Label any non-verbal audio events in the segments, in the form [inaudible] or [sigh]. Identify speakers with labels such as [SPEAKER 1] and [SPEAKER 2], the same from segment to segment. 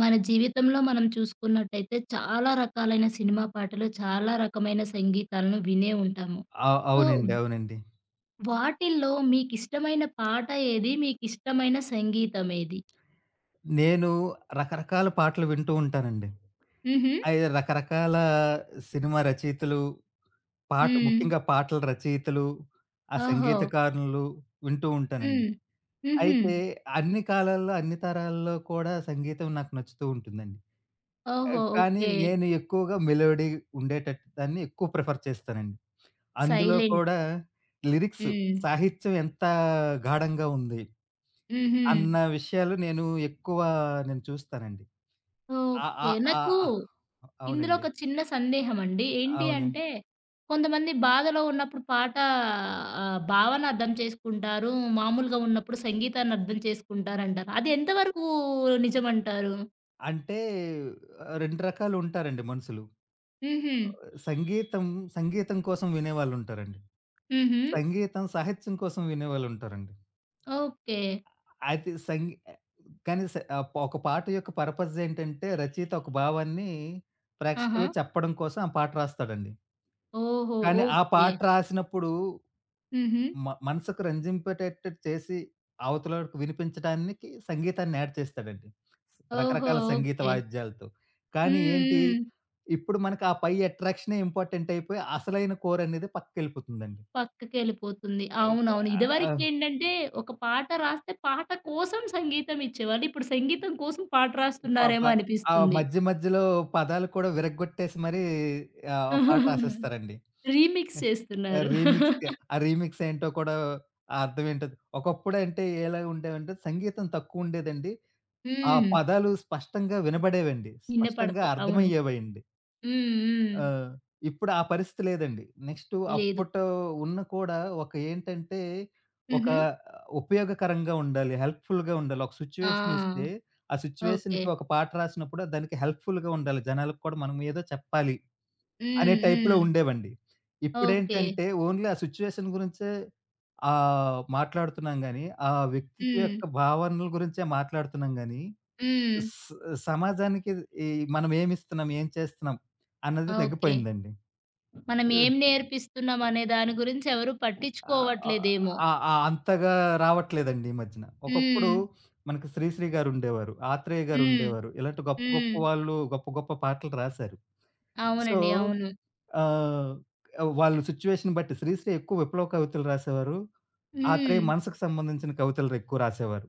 [SPEAKER 1] మన జీవితంలో మనం చూసుకున్నట్టయితే చాలా రకాలైన సినిమా పాటలు, చాలా రకమైన సంగీతాలను వినే ఉంటాము.
[SPEAKER 2] అవ్
[SPEAKER 1] సో,
[SPEAKER 2] అవునండి. అవునండి.
[SPEAKER 1] వాటిల్లో మీకిష్టమైన పాట ఏది? మీకిష్టమైన సంగీతం ఏది?
[SPEAKER 2] నేను రకరకాల పాటలు వింటూ ఉంటానండి.
[SPEAKER 1] హుహు.
[SPEAKER 2] అయి రకరకాల సినిమా రచయితలు,
[SPEAKER 1] హ్మ్.
[SPEAKER 2] ముఖ్యంగా పాటల రచయితలు, ఆ
[SPEAKER 1] ఓహో!
[SPEAKER 2] సంగీతకారులు వింటూ ఉంటానండి.
[SPEAKER 1] హ్మ్. హుహు.
[SPEAKER 2] అయితే అన్ని కాలాల్లో, అన్ని తరాల్లో కూడా సంగీతం నాకు నచ్చుతూ ఉంటుందండి.
[SPEAKER 1] ఓహో!
[SPEAKER 2] కానీ
[SPEAKER 1] ఓకే.
[SPEAKER 2] నేను ఎక్కువగా మెలోడీ ఉండేటట్టు దాన్ని ఎక్కువ ప్రిఫర్ చేస్తానండి. అందులో
[SPEAKER 1] సైలెంట్.
[SPEAKER 2] కూడా లిరిక్స్,
[SPEAKER 1] హ్మ్.
[SPEAKER 2] సాహిత్యం ఎంత గాఢంగా ఉంది,
[SPEAKER 1] హుహు.
[SPEAKER 2] అన్న విషయాలు నేను చూస్తానండి. ఆ!
[SPEAKER 1] ఓకే.
[SPEAKER 2] ఆ! ఆ!
[SPEAKER 1] నాకు
[SPEAKER 2] ఆ-
[SPEAKER 1] ఇందులో
[SPEAKER 2] అవునండి.
[SPEAKER 1] ఒక చిన్న సందేహమండి. ఏంటి
[SPEAKER 2] అవును.
[SPEAKER 1] అంటే, కొంతమంది బాధలో ఉన్నప్పుడు పాట భావన అర్థం చేసుకుంటారు. మామూలుగా ఉన్నప్పుడు సంగీతాన్ని అర్థం చేసుకుంటారంటారు. అది ఎంతవరకు నిజమంటారు?
[SPEAKER 2] అంటే 2 రకాలు ఉంటారండి మనుషులు.
[SPEAKER 1] హుహు.
[SPEAKER 2] సంగీతం, సంగీతం కోసం వినేవాళ్ళుంటారండి.
[SPEAKER 1] హుహు.
[SPEAKER 2] సంగీతం, సాహిత్యం కోసం వినేవాళ్ళుంటారండి.
[SPEAKER 1] ఓకే.
[SPEAKER 2] అయితే సంగీ కానీ స ఆహ్, ఒక పాట యొక్క పర్పస్ ఏంటంటే రచయిత ఒక భావాన్ని
[SPEAKER 1] ఆహా!
[SPEAKER 2] ప్రేక్షకులకు చెప్పడం కోసం ఆ పాట రాస్తాడండి.
[SPEAKER 1] ఓహో!
[SPEAKER 2] కానీ ఆ
[SPEAKER 1] ఓకే.
[SPEAKER 2] పాట రాసినప్పుడు
[SPEAKER 1] హుహు.
[SPEAKER 2] మనసుకు రంజింపేటట్టు చేసి అవతలోడికి వినిపించడానికి సంగీతాన్ని యాడ్ చేస్తాడండి.
[SPEAKER 1] ఓహో!
[SPEAKER 2] రకరకాల సంగీత
[SPEAKER 1] ఓకే.
[SPEAKER 2] వాయిద్యాలతో.
[SPEAKER 1] హ్మ్.
[SPEAKER 2] కానీ ఏంటి,
[SPEAKER 1] హ్మ్.
[SPEAKER 2] ఇప్పుడు మనకు ఆ పై అట్రాక్షనే ఇంపార్టెంట్ అయిపోయి అసలైన కోర్ అనేది పక్కకెళ్ళిపోతుందండి.
[SPEAKER 1] పక్కకెళ్ళిపోతుంది.
[SPEAKER 2] ఏక
[SPEAKER 1] అవునవును.
[SPEAKER 2] ఆహ్,
[SPEAKER 1] ఇదివరకేంటంటే, ఒక పాట రాస్తే పాట కోసం సంగీతం ఇచ్చేవాళ్ళు. ఇప్పుడు సంగీతం కోసం పాట
[SPEAKER 2] పాప
[SPEAKER 1] రాస్తున్నారేమో
[SPEAKER 2] ఆ
[SPEAKER 1] అనిపిస్తుంది.
[SPEAKER 2] మధ్య మధ్యలో పదాలు కూడా విరగ్గొట్టేసి మరి ఆ పాట
[SPEAKER 1] [laughs]
[SPEAKER 2] రాసేస్తారండి.
[SPEAKER 1] రీమిక్స్
[SPEAKER 2] ఆ!
[SPEAKER 1] చేస్తున్నారు.
[SPEAKER 2] రీమిక్స్‌కి రీమిక్స్ ఏంటో కూడా, అర్థం ఏంటో. ఒకప్పుడంటే ఎలా ఉండేవంటే సంగీతం తక్కువుండేదండి. ఆ
[SPEAKER 1] హ్మ్.
[SPEAKER 2] పదాలు స్పష్టంగా వినబడేవండి.
[SPEAKER 1] నిన్నే
[SPEAKER 2] స్పష్టంగా
[SPEAKER 1] పడతాయి. అవును.
[SPEAKER 2] అర్థమయ్యేవండి.
[SPEAKER 1] హ్మ్. హ్మ్.
[SPEAKER 2] ఆ! ఇప్పుడు ఆ పరిస్థితి లేదండి. నెక్స్ట్
[SPEAKER 1] లేదు.
[SPEAKER 2] అప్పట్లో ఉన్న కూడా ఒక ఏంటంటే ఒక
[SPEAKER 1] హుహు.
[SPEAKER 2] ఉపయోగకరంగా ఉండాలి. హెల్ప్‌ఫుల్‌గా ఉండాలి. ఒక
[SPEAKER 1] ఆ!
[SPEAKER 2] సిట్యుయేషనొస్తే ఆ
[SPEAKER 1] ఓకే.
[SPEAKER 2] సిట్యుయేషన్‌కి ఒక పాట రాసినప్పుడు దానికి హెల్ప్‌ఫుల్‌గా ఉండాలి. జనాలకు కూడా మనం ఏదో చెప్పాలి అనే
[SPEAKER 1] హ్మ్.
[SPEAKER 2] టైప్‌లో
[SPEAKER 1] హ్మ్.
[SPEAKER 2] ఉండేవండి.
[SPEAKER 1] ఓకే.
[SPEAKER 2] ఇప్పుడేంటంటే ఓన్లీ ఆ సిట్యుయేషన్ గురించే మాట్లాడుతున్నాం గానీ, ఆ వ్యక్తిత్వ
[SPEAKER 1] హ్మ్.
[SPEAKER 2] యొక్క భావనల గురించే మాట్లాడుతున్నాం గానీ,
[SPEAKER 1] హ్మ్.
[SPEAKER 2] స్ సమాజానికి ఈ మనం ఏమిస్తున్నాం, ఏం చేస్తున్నాం అన్నది
[SPEAKER 1] ఓకే.
[SPEAKER 2] తగ్గిపోయిందండి.
[SPEAKER 1] మనం ఏం నేర్పిస్తున్నాం అనే దాని గురించి ఎవరు
[SPEAKER 2] ఆహ్,
[SPEAKER 1] పట్టించుకోవట్లేదేమో.
[SPEAKER 2] ఆహ్, ఆహ్, అంతగా రావట్లేదండి ఈ మధ్యన.
[SPEAKER 1] హ్మ్.
[SPEAKER 2] ఒకప్పుడు మనకి 'శ్రీశ్రీ' గారుండేవారు, 'ఆత్రేయ'
[SPEAKER 1] హ్మ్.
[SPEAKER 2] గారుండేవారు. ఇలాంటి గొప్ప గొప్ప
[SPEAKER 1] హ్మ్.
[SPEAKER 2] వాళ్ళు గొప్ప గొప్ప పాటలు రాశారు. సో
[SPEAKER 1] అవునండి. అవును.
[SPEAKER 2] ఆహ్, వాళ్ళ సిట్యుయేషన్ బట్టి శ్రీశ్రీ ఎక్కువ విప్లవ కవితలు రాసేవారు.
[SPEAKER 1] హ్మ్.
[SPEAKER 2] ఆత్రేయ మనసుకు సంబంధించిన కవితలు ఎక్కువ రాసేవారు.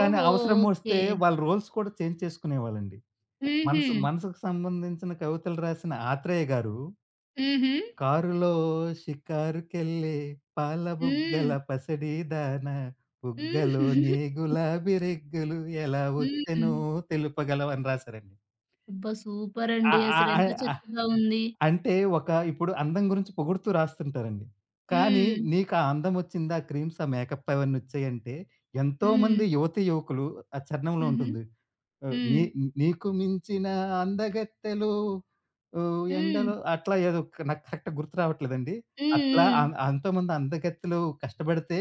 [SPEAKER 2] కానీ
[SPEAKER 1] ఓకే.
[SPEAKER 2] అవసరమొస్తే వాళ్ళ రోల్స్ కూడా చేంజ్ చేసుకునేవాళ్ళండి.
[SPEAKER 1] హుహు.
[SPEAKER 2] మనసు మనసుకు సంబంధించిన కవితలు రాసిన ఆత్రేయ గారు
[SPEAKER 1] హుహు.
[SPEAKER 2] "కారులో షికారుకెళ్ళే పాల
[SPEAKER 1] హ్మ్.
[SPEAKER 2] బుగ్గల పసిడి దాన
[SPEAKER 1] హ్మ్. [laughs]
[SPEAKER 2] బుగ్గలోని గులాబీ రెగ్గులు ఎలా
[SPEAKER 1] హ్మ్.
[SPEAKER 2] వచ్చెనో తెలుపగలవు" అని రాసారండి.
[SPEAKER 1] అబ్బా!
[SPEAKER 2] ఆ!
[SPEAKER 1] సూపరండి.
[SPEAKER 2] ఆ!
[SPEAKER 1] అసలెంత
[SPEAKER 2] ఆ!
[SPEAKER 1] చక్కగా ఉంది.
[SPEAKER 2] అంటే ఒక ఇప్పుడు అందం గురించి పొగుడుతూ రాస్తుంటారండి. కానీ
[SPEAKER 1] హ్మ్.
[SPEAKER 2] నీకా అందమొచ్చిందా క్రీమ్స్, ఆ మేకప్ అవన్నొచ్చాయంటే
[SPEAKER 1] హ్మ్.
[SPEAKER 2] ఎంతోమంది యువతీ యువకులు ఆ చరణంలో
[SPEAKER 1] హుహు.
[SPEAKER 2] ఉంటుంది. ఆహ్,
[SPEAKER 1] హ్మ్.
[SPEAKER 2] నీ నీకు మించిన అందగత్తెలు ఓహ్!
[SPEAKER 1] హ్మ్.
[SPEAKER 2] ఎండలో అట్లా ఏదో ఒక- నాకు కరెక్ట్‌గా గుర్తు రావట్లేదండి. అట్లా
[SPEAKER 1] హ్మ్.
[SPEAKER 2] అంతోమంది అందగత్తెలు కష్టపడితే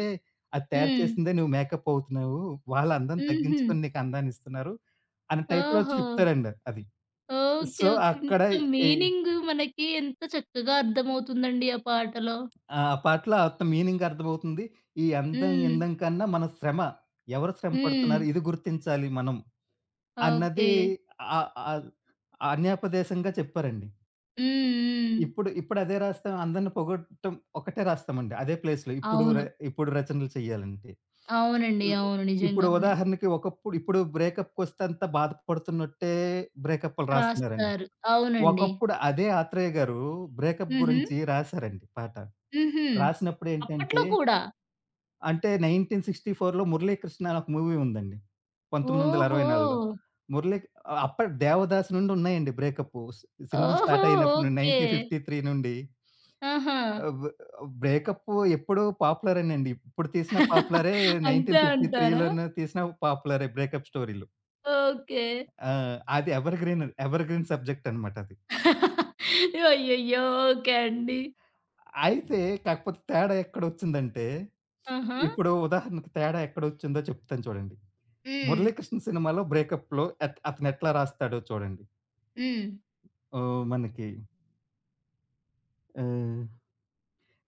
[SPEAKER 2] అది తయారు
[SPEAKER 1] హ్మ్. హ్మ్.
[SPEAKER 2] చేసిందే నువ్వు మేకప్ అవుతున్నావు. వాళ్ళ అందం
[SPEAKER 1] హుహు.
[SPEAKER 2] తగ్గించుకొని నీకు అందాన్నిస్తున్నారు అనే టైప్‌లో
[SPEAKER 1] ఓహో!
[SPEAKER 2] చెప్తారండి అది.
[SPEAKER 1] ఓకే.
[SPEAKER 2] So,
[SPEAKER 1] okay.
[SPEAKER 2] అక్కడ
[SPEAKER 1] ఇంత
[SPEAKER 2] ఈ
[SPEAKER 1] మీనింగ్ మనకి ఎంత చక్కగా అర్థమవుతుందండి ఆ పాటలో.
[SPEAKER 2] ఆ! ఆ పాటలో అత్త మీనింగ్ అర్థమవుతుంది. ఈ అందం,
[SPEAKER 1] హ్మ్.
[SPEAKER 2] గిందం కన్నా మన శ్రమ, ఎవరు శ్రమ
[SPEAKER 1] హ్మ్.
[SPEAKER 2] పడుతున్నారు ఇది గుర్తించాలి మనం
[SPEAKER 1] ఓకే.
[SPEAKER 2] అన్నది ఆహ్, ఆహ్, అన్యాపదేశంగా చెప్పారండి.
[SPEAKER 1] హ్మ్. హ్మ్.
[SPEAKER 2] ఇప్పుడు అదే రాస్తాం. అందరిని పొగడటం ఒకటే రాస్తామండి. అదే ప్లేస్‌లో
[SPEAKER 1] అవును.
[SPEAKER 2] ఇప్పుడు రచనలు చేయాలంటే.
[SPEAKER 1] అవునండి.
[SPEAKER 2] ఇ
[SPEAKER 1] అవును.
[SPEAKER 2] ఇప్పుడు
[SPEAKER 1] నిజంగానే.
[SPEAKER 2] ఉదాహరణకి ఇప్పుడు బ్రేకప్‌కొస్తే అంత బాధపడుతున్నట్టే బ్రేకప్‌లు రాస్తున్నారండి.
[SPEAKER 1] రాస్తారు. అవునండి.
[SPEAKER 2] ఒకప్పుడు అదే ఆత్రేయ గారు బ్రేకప్
[SPEAKER 1] హుహు.
[SPEAKER 2] గురించి రాసారండి పాట.
[SPEAKER 1] హుహు.
[SPEAKER 2] రాసినప్పుడు
[SPEAKER 1] అప్పట్లో
[SPEAKER 2] ఏంటంటే,
[SPEAKER 1] కూడా?
[SPEAKER 2] అంటే 1964లో 'మురళీకృష్ణ' అని ఒక మూవీ ఉందండి.
[SPEAKER 1] ఓహో!
[SPEAKER 2] 1964లో. మురళీ అప్పటి 'దేవదాసు' నుండి ఉన్నాయండి బ్రేకప్పు. సినిమా
[SPEAKER 1] ఓహో!
[SPEAKER 2] స్టార్ట్ అయినప్పుడు
[SPEAKER 1] ఓకే.
[SPEAKER 2] 1953 నుండి
[SPEAKER 1] ఆహా!
[SPEAKER 2] ఆహ్, బ్ బ్రేకప్పు ఎప్పుడు పాపులరేనండి. ఇప్పుడు తీసిన పాపులరే
[SPEAKER 1] అంతే అంటారా?
[SPEAKER 2] 1953లోను తీసిన పాపులరే బ్రేకప్ స్టోరీలు.
[SPEAKER 1] ఓకే.
[SPEAKER 2] ఆ! అది ఎవర్‌గ్రీన్, ఎవర్‌గ్రీన్ సబ్జెక్ట్ అనమాట అది.
[SPEAKER 1] అయ్యయ్యో! ఓకే అండి.
[SPEAKER 2] అయితే కాకపోతే తేడా ఎక్కడొచ్చిందంటే
[SPEAKER 1] ఆహా!
[SPEAKER 2] ఇప్పుడు ఉదాహరణకు తేడా ఎక్కడొచ్చిందో చెప్తాను చూడండి.
[SPEAKER 1] హ్మ్.
[SPEAKER 2] 'మురళీకృష్ణ' సినిమాలో బ్రేకప్‌లో అతను ఎట్లా రాస్తాడో చూడండి.
[SPEAKER 1] హ్మ్.
[SPEAKER 2] ఓహ్! మనకి ఆహ్,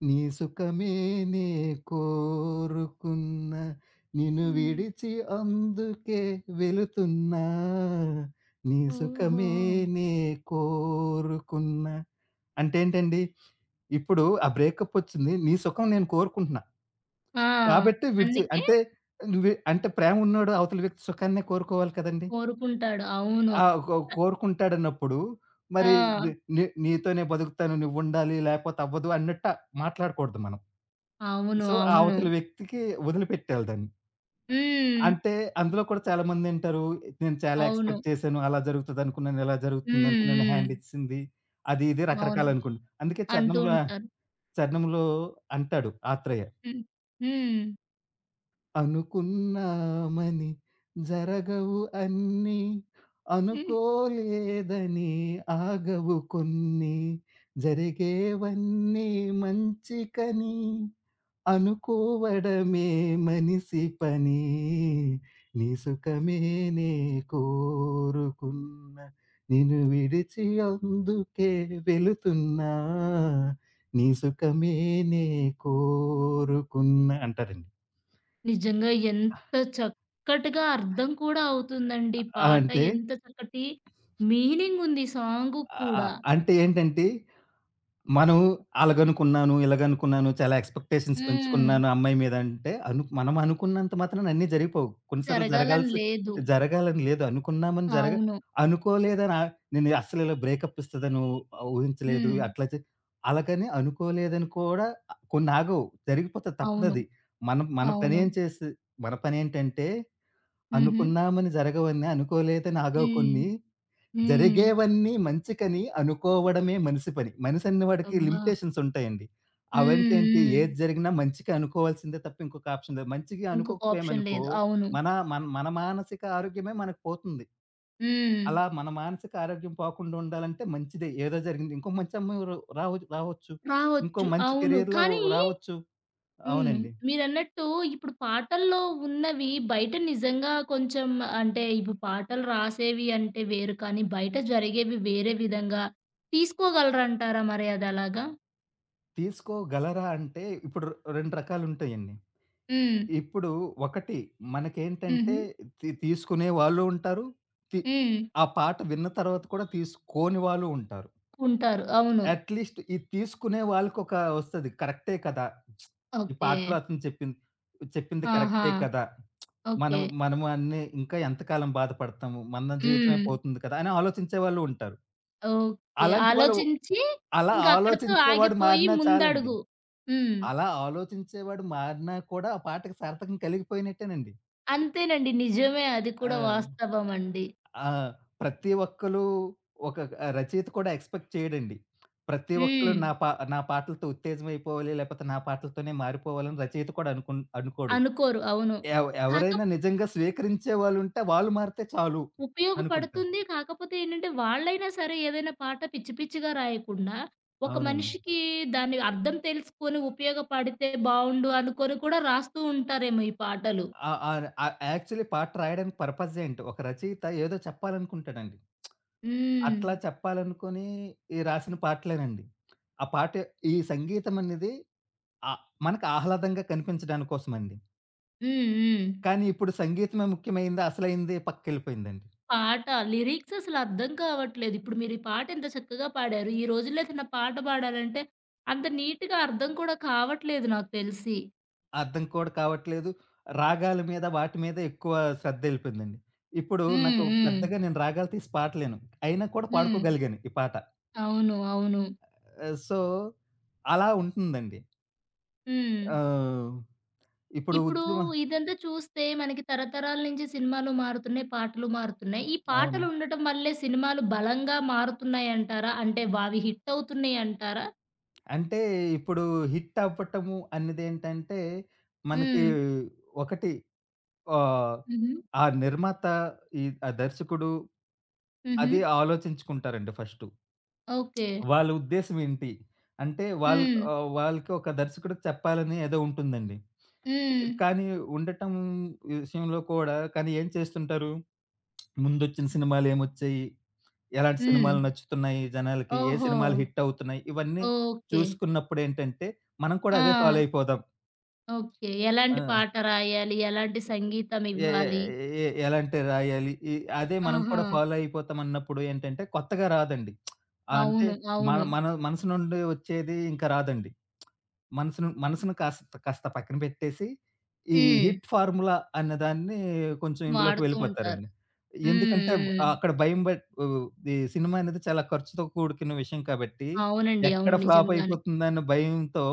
[SPEAKER 2] నీ సుఖమేనే కోరుకున్నా, నిన్ను
[SPEAKER 1] హ్మ్.
[SPEAKER 2] విడిచి అందుకే వెళుతున్నా, నీ
[SPEAKER 1] ఓహో!
[SPEAKER 2] సుఖమేనే కోరుకున్నా. అంటే ఏంటండి, ఇప్పుడు ఆ బ్రేకప్ వచ్చింది. నీ సుఖం నేను కోరుకుంటున్నా.
[SPEAKER 1] ఆ!
[SPEAKER 2] కాబట్టి విడిచి
[SPEAKER 1] అందుకే
[SPEAKER 2] అంటే నువ్వే అంటే ప్రేమ ఉన్నోడు అవతల వ్యక్తి సుఖాన్నే కోరుకోవాలి కదండీ!
[SPEAKER 1] కోరుకుంటాడు. అవును.
[SPEAKER 2] ఆ! కోరుకుంటాడన్నప్పుడు మరి
[SPEAKER 1] ఆ!
[SPEAKER 2] ని ని నీతోనే బతుకుతాను, నువ్వుండాలి లేకపోతే అవ్వదు అన్నట్టు మాట్లాడకూడదు మనం.
[SPEAKER 1] అవును.
[SPEAKER 2] సో, ఆ
[SPEAKER 1] అవును.
[SPEAKER 2] అవతల వ్యక్తికి వదిలిపెట్టేయాలి దాన్ని.
[SPEAKER 1] హ్మ్.
[SPEAKER 2] అంటే అందులో కూడా చాలా మందేంటారు నేను చాలా
[SPEAKER 1] అవును.
[SPEAKER 2] ఎక్స్‌పెక్ట్ చేశాను. అలా జరుగుతదనుకున్నాను, ఇలా
[SPEAKER 1] హ్మ్.
[SPEAKER 2] జరుగుతుందనుకున్నాను, హ్యాండ్
[SPEAKER 1] హ్మ్.
[SPEAKER 2] ఇచ్చేసింది. అది ఇది
[SPEAKER 1] అవును.
[SPEAKER 2] రకరకాలనుకోండి. అందుకే
[SPEAKER 1] అంటూ
[SPEAKER 2] చరణంలో
[SPEAKER 1] ఉంటారు.
[SPEAKER 2] చరణంలో అంటాడు ఆత్రేయ.
[SPEAKER 1] హ్మ్.
[SPEAKER 2] అనుకున్నామని జరగవు అన్నీ.
[SPEAKER 1] హ్మ్.
[SPEAKER 2] అనుకోలేదని ఆగవు కొన్ని. జరిగేవన్నీ మంచికని అనుకోవడమే మనిషి పని. నీ సుఖమే నే కోరుకున్న. నిన్ను విడిచి అందుకే వెళుతున్నా. నీ సుఖమే నే కోరుకున్న అంటారండి.
[SPEAKER 1] నిజంగా ఎంత చక్కటిగా అర్థం కూడా అవుతుందండి.
[SPEAKER 2] ఆ!
[SPEAKER 1] పాట
[SPEAKER 2] అంటే
[SPEAKER 1] ఎంత చక్కటి మీనింగ్ ఉంది సాంగుకి కూడా.
[SPEAKER 2] అంటే ఏంటంటే, మనం అలాగనుకున్నాను, ఇలాగనుకున్నాను, చాలా ఎక్స్‌పెక్టేషన్స్
[SPEAKER 1] హ్మ్.
[SPEAKER 2] పెంచుకున్నాను అమ్మాయి మీద అంటే, మనం అనుకున్నంత మాత్రాన అన్నీ జరిగిపోవు. కొన్ని సార్లు
[SPEAKER 1] జరగాలని లేదు.
[SPEAKER 2] జరగాలని లేదు. అనుకున్నామని జరగ
[SPEAKER 1] అవును.
[SPEAKER 2] అనుకోలేదని నేను అస్సలు ఇలా బ్రేకప్ ఇస్తదని ఊహించలేదు.
[SPEAKER 1] హ్మ్.
[SPEAKER 2] అట్లా చే అలాగని అనుకోలేదని కూడా కొన్ని ఆగవు. జరిగిపోతది
[SPEAKER 1] అవును.
[SPEAKER 2] తప్పదది. మనం మన
[SPEAKER 1] అవును.
[SPEAKER 2] పనేం చేసి మన పనేంటంటే,
[SPEAKER 1] హుహు.
[SPEAKER 2] అనుకున్నామని జరగవని, అనుకోలేదని ఆగవు
[SPEAKER 1] హ్మ్.
[SPEAKER 2] కొన్ని.
[SPEAKER 1] హ్మ్.
[SPEAKER 2] జరిగేవన్నీ మంచికని అనుకోవడమే మనిషి పని. మనిషనేవాడికి
[SPEAKER 1] అబ్బా!
[SPEAKER 2] లిమిటేషన్స్ ఉంటాయండి.
[SPEAKER 1] హ్మ్.
[SPEAKER 2] అవంటేంటి,
[SPEAKER 1] హ్మ్.
[SPEAKER 2] ఏది జరిగినా మంచికి అనుకోవాల్సిందే తప్ప ఇంకొక ఆప్షన్ లేదు. మంచిగా
[SPEAKER 1] ఇంకొక ఆప్షన్
[SPEAKER 2] అనుకోకపోయామనుకో
[SPEAKER 1] లేదు. అవును.
[SPEAKER 2] మన మన మన మానసిక ఆరోగ్యమే మనకు పోతుంది.
[SPEAKER 1] హ్మ్.
[SPEAKER 2] అలా మన మానసిక ఆరోగ్యం పోకుండా ఉండాలంటే మంచిదే. ఏదో జరిగింది. ఇంకో మంచి అమ్మాయి ర రావ రావచ్చు. ఇంకో
[SPEAKER 1] రావచ్చు.
[SPEAKER 2] మంచి
[SPEAKER 1] అవును.
[SPEAKER 2] కెరియర్‌లో
[SPEAKER 1] కానీ
[SPEAKER 2] రావచ్చు.
[SPEAKER 1] హ్మ్.
[SPEAKER 2] అవునండి.
[SPEAKER 1] మీరన్నట్టు ఇప్పుడు పాటల్లో ఉన్నవి బయట నిజంగా కొంచెం అంటే ఇప్పుడు పాటలు రాసేవి అంటే వేరు కానీ బయట జరిగేవి వేరే విధంగా తీసుకోగలరంటారా మరి అదలాగా?
[SPEAKER 2] తీసుకోగలరా అంటే ఇప్పుడు 2 రకాలుంటాయండి.
[SPEAKER 1] హ్మ్.
[SPEAKER 2] ఇప్పుడు ఒకటి మనకేంటంటే
[SPEAKER 1] హుహు.
[SPEAKER 2] తీసుకునే వాళ్ళు ఉంటారు. తి
[SPEAKER 1] హ్మ్.
[SPEAKER 2] ఆ పాట విన్న తర్వాత కూడా తీసుకోని వాళ్ళు ఉంటారు.
[SPEAKER 1] ఉంటారు. అవును.
[SPEAKER 2] అట్‌లీస్ట్ ఈ తీసుకునే వాళ్ళకొక ఒస్తది. కరెక్టే కదా! ఈ
[SPEAKER 1] ఓకే.
[SPEAKER 2] పాటలో అతను చెప్పింది చెప్పింది
[SPEAKER 1] ఆహా!
[SPEAKER 2] కరెక్టే కదా!
[SPEAKER 1] ఓకే.
[SPEAKER 2] మనం మనము అన్ని ఇంకా ఎంతకాలం బాధపడతాము. మన జీవితమే
[SPEAKER 1] హ్మ్.
[SPEAKER 2] పోతుంది కదా! అని ఆలోచించే వాళ్ళు ఉంటారు.
[SPEAKER 1] ఓకే.
[SPEAKER 2] అలాంటి వాళ్ళు
[SPEAKER 1] ఆలోచించి
[SPEAKER 2] అలా
[SPEAKER 1] ఇంక అక్కడితో
[SPEAKER 2] ఆలోచించేవాడు
[SPEAKER 1] ఆగిపోయి
[SPEAKER 2] మారినా చాలండి.
[SPEAKER 1] ముందడుగు. హ్మ్.
[SPEAKER 2] అలా ఆలోచించేవాడు మారినా కూడా ఆ పాటకి సార్థకం కలిగిపోయినట్టేనండి.
[SPEAKER 1] అంతేనండి. నిజమే అది కూడా
[SPEAKER 2] ఆ!
[SPEAKER 1] వాస్తవమండి.
[SPEAKER 2] ఆ! ప్రతి ఒక్కళ్ళు ఒక రచయిత కూడా ఎక్స్‌పెక్ట్ చేయడండి. ప్రతి ఒక్కళ్ళు
[SPEAKER 1] హ్మ్.
[SPEAKER 2] నా పాటలతో ఉత్తేజమైపోవాలి, లేపోతే నా పాటలతోనే మారిపోవాలని రచయిత కూడా అనుకోడు.
[SPEAKER 1] అనుకోరు. అవును. కాక
[SPEAKER 2] ఎవరైనా నిజంగా స్వీకరించే వాళ్ళుంటే వాళ్ళు మారితే చాలు అనుకుంటారు.
[SPEAKER 1] ఉపయోగపడుతుంది. కాకపోతే ఏంటంటే వాళ్ళైనా సరే ఏదైనా పాట పిచ్చి పిచ్చిగా రాయకుండా, ఒక
[SPEAKER 2] అవునండి.
[SPEAKER 1] మనిషికి దాని అర్థం తెలుసుకొని ఉపయోగపడితే బావుండు అనుకొని కూడా రాస్తూ ఉంటారేమో ఈ పాటలు.
[SPEAKER 2] ఆ! ఆహ్, ఆహ్, యాక్చువల్లీ పాట రాయడానికి పర్పస్ ఏంటి? ఒక రచయిత ఏదో చెప్పాలనుకుంటాడండి. అట్లా
[SPEAKER 1] హ్మ్.
[SPEAKER 2] చెప్పాలనుకుని ఈ రాసిన పాటలేనండి. ఆ పాట ఈ సంగీతం అనేది ఆహ్, మనకు ఆహ్లాదంగా కనిపించడాని కోసమండి.
[SPEAKER 1] హ్మ్. హ్మ్.
[SPEAKER 2] కానీ ఇప్పుడు సంగీతమే ముఖ్యమైంది. అసలైంది పక్కెళ్ళిపోయిందండి.
[SPEAKER 1] పాట లిరిక్స్ అసలు అర్థం కావట్లేదు. ఇప్పుడు మీరు ఈ పాట ఇంత చక్కగా పాడారు. ఈ రోజుల్లో ఏదైనా పాట పాడాలంటే అంత నీట్‌గా అర్థం కూడా కావట్లేదు నాకు తెలిసి.
[SPEAKER 2] అర్థం కూడా కావట్లేదు. రాగాల మీద వాటి మీద ఎక్కువ శ్రద్ధెళ్ళిపోయిందండి. ఇప్పుడు
[SPEAKER 1] హ్మ్.
[SPEAKER 2] నాకు
[SPEAKER 1] హ్మ్.
[SPEAKER 2] పెద్దగా నేను రాగాలు తీసి పాడలేను. అయినా కూడా
[SPEAKER 1] హ్మ్.
[SPEAKER 2] పాడుకోగలిగాను ఈ పాట.
[SPEAKER 1] అవును. అవును.
[SPEAKER 2] సో, అలా ఉంటుందండి.
[SPEAKER 1] హ్మ్.
[SPEAKER 2] ఆహ్, ఇప్పుడు
[SPEAKER 1] ఇప్పుడు
[SPEAKER 2] ఉద్యమ
[SPEAKER 1] ఇదంతా చూస్తే మనకి తరతరాల నుంచి సినిమాలు మారుతున్నాయి, పాటలు మారుతున్నాయి. ఈ
[SPEAKER 2] అవును.
[SPEAKER 1] పాటలు ఉండటం వల్లే సినిమాలు బలంగా మారుతున్నాయంటారా? అంటే అవి హిట్ అవుతున్నాయి అంటారా?
[SPEAKER 2] అంటే ఇప్పుడు హిట్ అవ్వటము అన్నదేంటంటే, మనకి
[SPEAKER 1] హ్మ్.
[SPEAKER 2] ఒకటి ఆహ్,
[SPEAKER 1] హుహు.
[SPEAKER 2] ఆ నిర్మాత, ఈ ఆ దర్శకుడు
[SPEAKER 1] హుహు.
[SPEAKER 2] అది ఆలోచించుకుంటారండి ఫస్టు.
[SPEAKER 1] ఓకే.
[SPEAKER 2] వాళ్ళ ఉద్దేశ్యం ఏంటి? అంటే వాళ్ళు
[SPEAKER 1] హ్మ్.
[SPEAKER 2] వాళ్ళకి ఒక దర్శకుడికి చెప్పాలని ఏదో ఉంటుందండి.
[SPEAKER 1] హ్మ్.
[SPEAKER 2] కానీ ఉండటం విషయంలో కూడా కానీ ఏం చేస్తుంటారు? ముందొచ్చిన సినిమాలేమొచ్చాయి? ఎలాంటి
[SPEAKER 1] హ్మ్.
[SPEAKER 2] సినిమాలు నచ్చుతున్నాయి జనాలకి? ఏ
[SPEAKER 1] ఓహో!
[SPEAKER 2] సినిమాలు హిట్ అవుతున్నాయి? ఇవన్నీ
[SPEAKER 1] ఓకే.
[SPEAKER 2] చూసుకున్నప్పుడేంటంటే, మనం కూడా అదే ఫాలో
[SPEAKER 1] ఆ!
[SPEAKER 2] అయిపోదాం.
[SPEAKER 1] ఓకే.
[SPEAKER 2] ఆ!
[SPEAKER 1] ఎలాంటి పాట రాయాలి? ఎలాంటి సంగీతం
[SPEAKER 2] ఎ ఎ
[SPEAKER 1] ఇవ్వాలి?
[SPEAKER 2] ఎ ఎలాంటివి రాయాలి? అదే మనం
[SPEAKER 1] ఆహా!
[SPEAKER 2] కూడా ఫాలో అయిపోతాం అన్నప్పుడు ఏంటంటే కొత్తగా రాదండి. అంటే
[SPEAKER 1] అవును.
[SPEAKER 2] మన
[SPEAKER 1] అవును.
[SPEAKER 2] మన మనసు నుండి వచ్చేది ఇంకా రాదండి. మనసును కాస్త పక్కన పెట్టేసి, ఈ
[SPEAKER 1] హ్మ్.
[SPEAKER 2] హిట్ ఫార్ములా అన్నదాన్ని కొంచెం ఇందులోకి
[SPEAKER 1] వాడుతూ ఉంటారు.
[SPEAKER 2] వెళ్ళిపోతారండి.
[SPEAKER 1] హ్మ్.
[SPEAKER 2] ఎందుకంటే
[SPEAKER 1] హ్మ్.
[SPEAKER 2] అక్కడ భయం ఈ సినిమా అనేది చాలా ఖర్చుతో కూడుకున్న విషయం కాబట్టి,
[SPEAKER 1] అవునండి.
[SPEAKER 2] ఎక్కడ
[SPEAKER 1] అవును.
[SPEAKER 2] ఫ్లాప్
[SPEAKER 1] నిజంగానే.
[SPEAKER 2] అయిపోతుందన్న భయంతో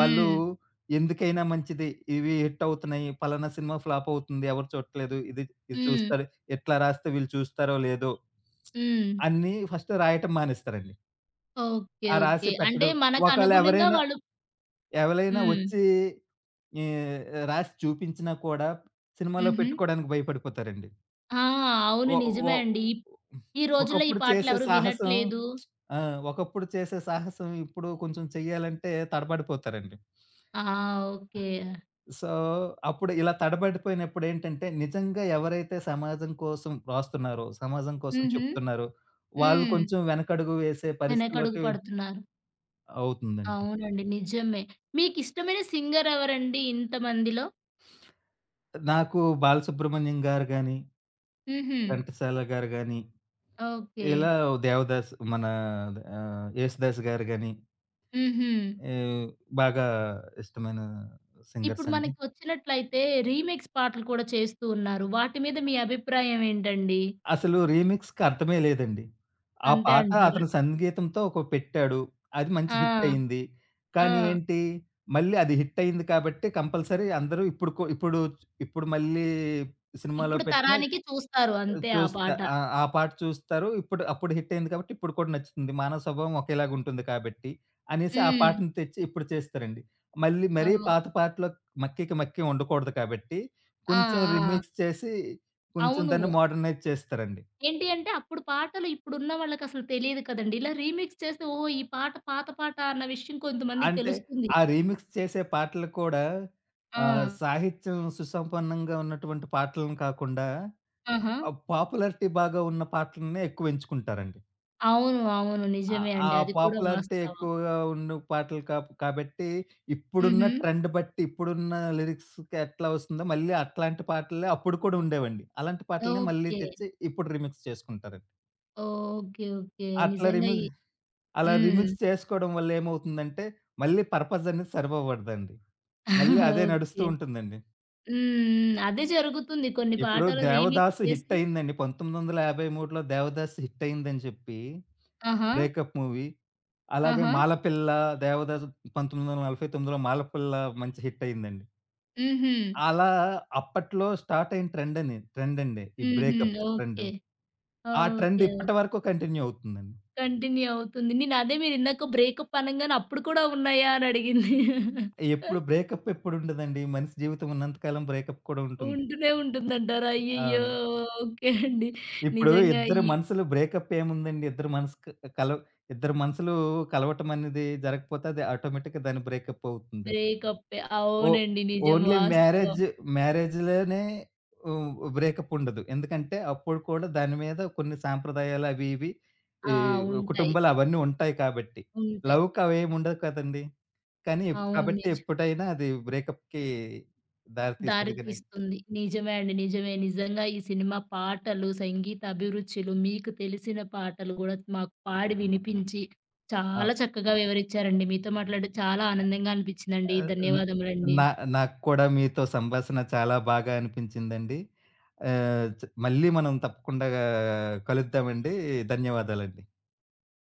[SPEAKER 2] వాళ్ళు ఎందుకైనా మంచిది. ఇవి హిట్ అవుతున్నాయి. పలానా సినిమా ఫ్లాప్ అవుతుంది. ఎవరు చూడట్లేదు. ఇది ఇది
[SPEAKER 1] హ్మ్.
[SPEAKER 2] చూస్తారు. ఇట్లా రాస్తే వీళ్ళు చూస్తారో లేదో,
[SPEAKER 1] హ్మ్.
[SPEAKER 2] అన్నీ ఫస్ట్ రాయటం మానేస్తారండి.
[SPEAKER 1] ఓకే.
[SPEAKER 2] ఆ
[SPEAKER 1] ఓకే.
[SPEAKER 2] రాసి
[SPEAKER 1] అంటే
[SPEAKER 2] పెట్టడం. ఒకవేళ
[SPEAKER 1] మనకనుగుణంగా వాళ్ళు
[SPEAKER 2] ఎవలైనా
[SPEAKER 1] హ్మ్.
[SPEAKER 2] వచ్చి ఈ రాసి చూపించినా కూడా సినిమాలో
[SPEAKER 1] హుహు.
[SPEAKER 2] పెట్టుకోడానికి భయపడిపోతారండి.
[SPEAKER 1] ఆ! అవును.
[SPEAKER 2] ఒ ఒ
[SPEAKER 1] నిజమే అండి. ఈ రోజుల్లో ఈ
[SPEAKER 2] ఒకప్పుడు చేసే
[SPEAKER 1] పాటలెవరు
[SPEAKER 2] సాహసం
[SPEAKER 1] వినట్లేదు.
[SPEAKER 2] ఆ! ఒకప్పుడు చేసే సాహసం ఇప్పుడు కొంచెం చెయ్యాలంటే తడబడిపోతారండి.
[SPEAKER 1] ఆ! ఓకే.
[SPEAKER 2] సో, అప్పుడు ఇలా తడబడిపోయినప్పుడు ఏంటంటే నిజంగా ఎవరైతే సమాజం కోసం రాస్తున్నారో, సమాజం కోసం
[SPEAKER 1] హుహు.
[SPEAKER 2] చెప్తున్నారో వాళ్ళు
[SPEAKER 1] హ్మ్.
[SPEAKER 2] కొంచెం వెనకడుగు వేసే
[SPEAKER 1] వెనకడుగు
[SPEAKER 2] పరిస్థితిలోకి
[SPEAKER 1] పడుతున్నారు.
[SPEAKER 2] అవుతుందండి.
[SPEAKER 1] అవునండి. నిజమే. మీకిష్టమైన సింగర్ ఎవరండి ఇంతమందిలో?
[SPEAKER 2] నాకు బాలసుబ్రహ్మణ్యం గారు గాని,
[SPEAKER 1] హుహు.
[SPEAKER 2] ఘంటసాల గారు గాని,
[SPEAKER 1] ఓకే.
[SPEAKER 2] ఇలా దేవదాస్ మన యేసుదాస్ గారు గాని,
[SPEAKER 1] హుహు.
[SPEAKER 2] ఆహ్, బాగా ఇష్టమైన
[SPEAKER 1] ఇప్పుడు
[SPEAKER 2] సింగర్స్ అండి.
[SPEAKER 1] మనకి వచ్చినట్లయితే రీమిక్స్ పాటలు కూడా చేస్తూ ఉన్నారు. వాటి మీద మీ అభిప్రాయం ఏంటండి?
[SPEAKER 2] అసలు రీమిక్స్‌కి అర్థమే లేదండి. ఆ
[SPEAKER 1] అంతే
[SPEAKER 2] పాట
[SPEAKER 1] అంటారా?
[SPEAKER 2] అతని సంగీతంతో ఒక పెట్టాడు. అది మంచి హిట్
[SPEAKER 1] ఆ!
[SPEAKER 2] అయింది. కానీ
[SPEAKER 1] ఆ!
[SPEAKER 2] ఏంటి, మళ్ళీ అది హిట్ అయింది కాబట్టి కంపల్సరీ అందరూ ఇప్పుడు మళ్ళీ సినిమాలో
[SPEAKER 1] ఇప్పుడు
[SPEAKER 2] పెట్టిన
[SPEAKER 1] తరానికి చూస్తారు అంతే ఆ
[SPEAKER 2] చూస్తా.
[SPEAKER 1] పాట.
[SPEAKER 2] ఆ! ఆ పాట చూస్తారు. ఇప్పుడు అప్పుడు హిట్ అయింది కాబట్టి ఇప్పుడు కూడా నచ్చుతుంది. మానవ స్వభావం ఒకేలాగుంటుంది కాబట్టి అనేసి ఆ
[SPEAKER 1] హ్మ్.
[SPEAKER 2] పాటను తెచ్చి ఇప్పుడు చేస్తారండి. మళ్ళీ మరీ
[SPEAKER 1] ఓహ్!
[SPEAKER 2] పాత పాటలో మక్కికి మక్కి ఉండకూడదు కాబట్టి
[SPEAKER 1] ఆ!
[SPEAKER 2] కొంచెం
[SPEAKER 1] ఆ!
[SPEAKER 2] రీమిక్స్ చేసి కొంచెం
[SPEAKER 1] అవును.
[SPEAKER 2] దాన్ని మోడర్నైజ్ చేస్తారండి.
[SPEAKER 1] ఏంటి అంటే అప్పుడు పాటలు ఇప్పుడున్న వాళ్ళకసలు తెలీదు కదండీ. ఇలా రీమిక్స్ చేస్తే ఓహో! ఈ పాట పాత పాట అన్న విషయం కొంతమందికి
[SPEAKER 2] అంటే
[SPEAKER 1] తెలుస్తుంది.
[SPEAKER 2] ఆ రీమిక్స్ చేసే పాటలు కూడా
[SPEAKER 1] ఆ!
[SPEAKER 2] సాహిత్యం సుసంపన్నంగా ఉన్నటువంటి పాటలను కాకుండా
[SPEAKER 1] ఆహా!
[SPEAKER 2] పాపులారిటీ బాగా ఉన్న పాటలనే ఎక్కువ ఎంచుకుంటారండి.
[SPEAKER 1] అవును. అవును.
[SPEAKER 2] ఆ!
[SPEAKER 1] నిజమే
[SPEAKER 2] ఆ
[SPEAKER 1] అండి. అది కూడా
[SPEAKER 2] పాపులారిటీ
[SPEAKER 1] వాస్తవం.
[SPEAKER 2] ఎక్కువగా ఉన్న పాటలు కాపు కాబట్టి, ఇప్పుడున్న
[SPEAKER 1] హుహు.
[SPEAKER 2] ట్రెండ్ బట్టి, ఇప్పుడున్న లిరిక్స్‌కి ఎట్లా వస్తుందో, మళ్ళీ అట్లాంటి పాటలే అప్పుడు కూడా ఉండేవండి. అలాంటి పాటలనే మళ్ళీ
[SPEAKER 1] ఓకే.
[SPEAKER 2] తెచ్చి ఇప్పుడు రీమిక్స్ చేసుకుంటారండి.
[SPEAKER 1] ఓకే. ఓకే.
[SPEAKER 2] అట్లా
[SPEAKER 1] నిజంగా
[SPEAKER 2] రీమి
[SPEAKER 1] ఈ
[SPEAKER 2] అలా
[SPEAKER 1] హ్మ్.
[SPEAKER 2] రీమిక్స్ చేసుకోవడం వల్ల ఏమవుతుందంటే, మళ్ళీ పర్పస్ అనేది సర్వ్ అవ్వదండి. మళ్ళీ
[SPEAKER 1] [laughs]
[SPEAKER 2] అదే నడుస్తూ
[SPEAKER 1] ఓకే.
[SPEAKER 2] ఉంటుందండి.
[SPEAKER 1] హ్మ్. హ్మ్. అదే జరుగుతుంది. కొన్ని
[SPEAKER 2] ఇప్పుడు
[SPEAKER 1] పాటలు రీమిక్స్
[SPEAKER 2] 'దేవదాసు' హిట్
[SPEAKER 1] చేసి
[SPEAKER 2] అయిందండి. 1953లో 'దేవదాసు' హిట్ అయిందని చెప్పి
[SPEAKER 1] ఆహా!
[SPEAKER 2] Breakup movie. అలాగే
[SPEAKER 1] ఆహా!
[SPEAKER 2] 'మాలపిల్ల' 'దేవదాసు' 1949లో 'మాలపిల్ల' మంచి హిట్ అయిందండి.
[SPEAKER 1] హుహు.
[SPEAKER 2] అలా అప్పట్లో స్టార్ట్ అయిన ట్రెండ్ అని ట్రెండ్ అండి. ఈ
[SPEAKER 1] హుహు.
[SPEAKER 2] Breakup trend.
[SPEAKER 1] ఓకే.
[SPEAKER 2] ఆ ట్రెండ్
[SPEAKER 1] ఓకే.
[SPEAKER 2] ఇప్పటి
[SPEAKER 1] ఓకే.
[SPEAKER 2] వరకు కంటిన్యూ అవుతుందండి.
[SPEAKER 1] కంటిన్యూ అవుతుంది. నేనదే మీరిందాక బ్రేకప్ అనంగానే అప్పుడు కూడా ఉన్నాయా అని అడిగింది.
[SPEAKER 2] ఎప్పుడు బ్రేకప్ ఎప్పుడుండదండి. మనిషి జీవితం ఉన్నంత కాలం బ్రేకప్ కూడా ఉంటుంది.
[SPEAKER 1] ఉంటూనే ఉంటుందంటారా? అయ్యయ్యో!
[SPEAKER 2] అవును.
[SPEAKER 1] ఓకే అండి.
[SPEAKER 2] ఇప్పుడు
[SPEAKER 1] నిజంగా
[SPEAKER 2] ఇద్దరు
[SPEAKER 1] ఈ
[SPEAKER 2] మనసులు బ్రేకప్ ఏముందండి. కలవ ఇద్దరు మనసులు కలవటం అనేది జరగకపోతే అది ఆటోమేటిక్‌గా దాని బ్రేకప్ అవుతుంది.
[SPEAKER 1] బ్రేకప్పే.
[SPEAKER 2] ఓ
[SPEAKER 1] అవునండి. నిజం
[SPEAKER 2] ఓన్లీ
[SPEAKER 1] వాస్తవం.
[SPEAKER 2] మ్యారేజ్‌లోనే హ్మ్, బ్రేకప్ ఉండదు. ఎందుకంటే అప్పుడు కూడా దాని మీద కొన్ని సాంప్రదాయాలు అవి ఇవి ఈ
[SPEAKER 1] ఆ! ఉంటాయి.
[SPEAKER 2] కుటుంబాలు అవన్నీ ఉంటాయి కాబట్టి.
[SPEAKER 1] ఉంటాయి.
[SPEAKER 2] లవ్‌కి అవేమి ఉండవు కదండీ! కానీ
[SPEAKER 1] అవును.
[SPEAKER 2] కాబట్టి
[SPEAKER 1] నిజం.
[SPEAKER 2] ఎప్పుడైనా అది బ్రేకప్‌కి దారి
[SPEAKER 1] దారి
[SPEAKER 2] తీసేది కానీ
[SPEAKER 1] తీస్తుంది. నిజమే అండి. నిజమే. నిజంగా ఈ సినిమా పాటలు, సంగీత అభిరుచులు, మీకు తెలిసిన పాటలు గూడా మాకు పాడి వినిపించి, చాలా
[SPEAKER 2] ఆహ్,
[SPEAKER 1] చక్కగా వివరిచ్చారండి. మీతో మాట్లాడడం చాలా ఆనందంగా అనిపించిందండి.
[SPEAKER 2] ఆహ్,
[SPEAKER 1] ధన్యవాదములండి.
[SPEAKER 2] నా నాకు కూడా మీతో సంభాషణ చాలా బాగా అనిపించిందండి. ఆహ్, చ్ మళ్ళీ మనం తప్పకుండా కలుద్దామండి. ధన్యవాదాలండి.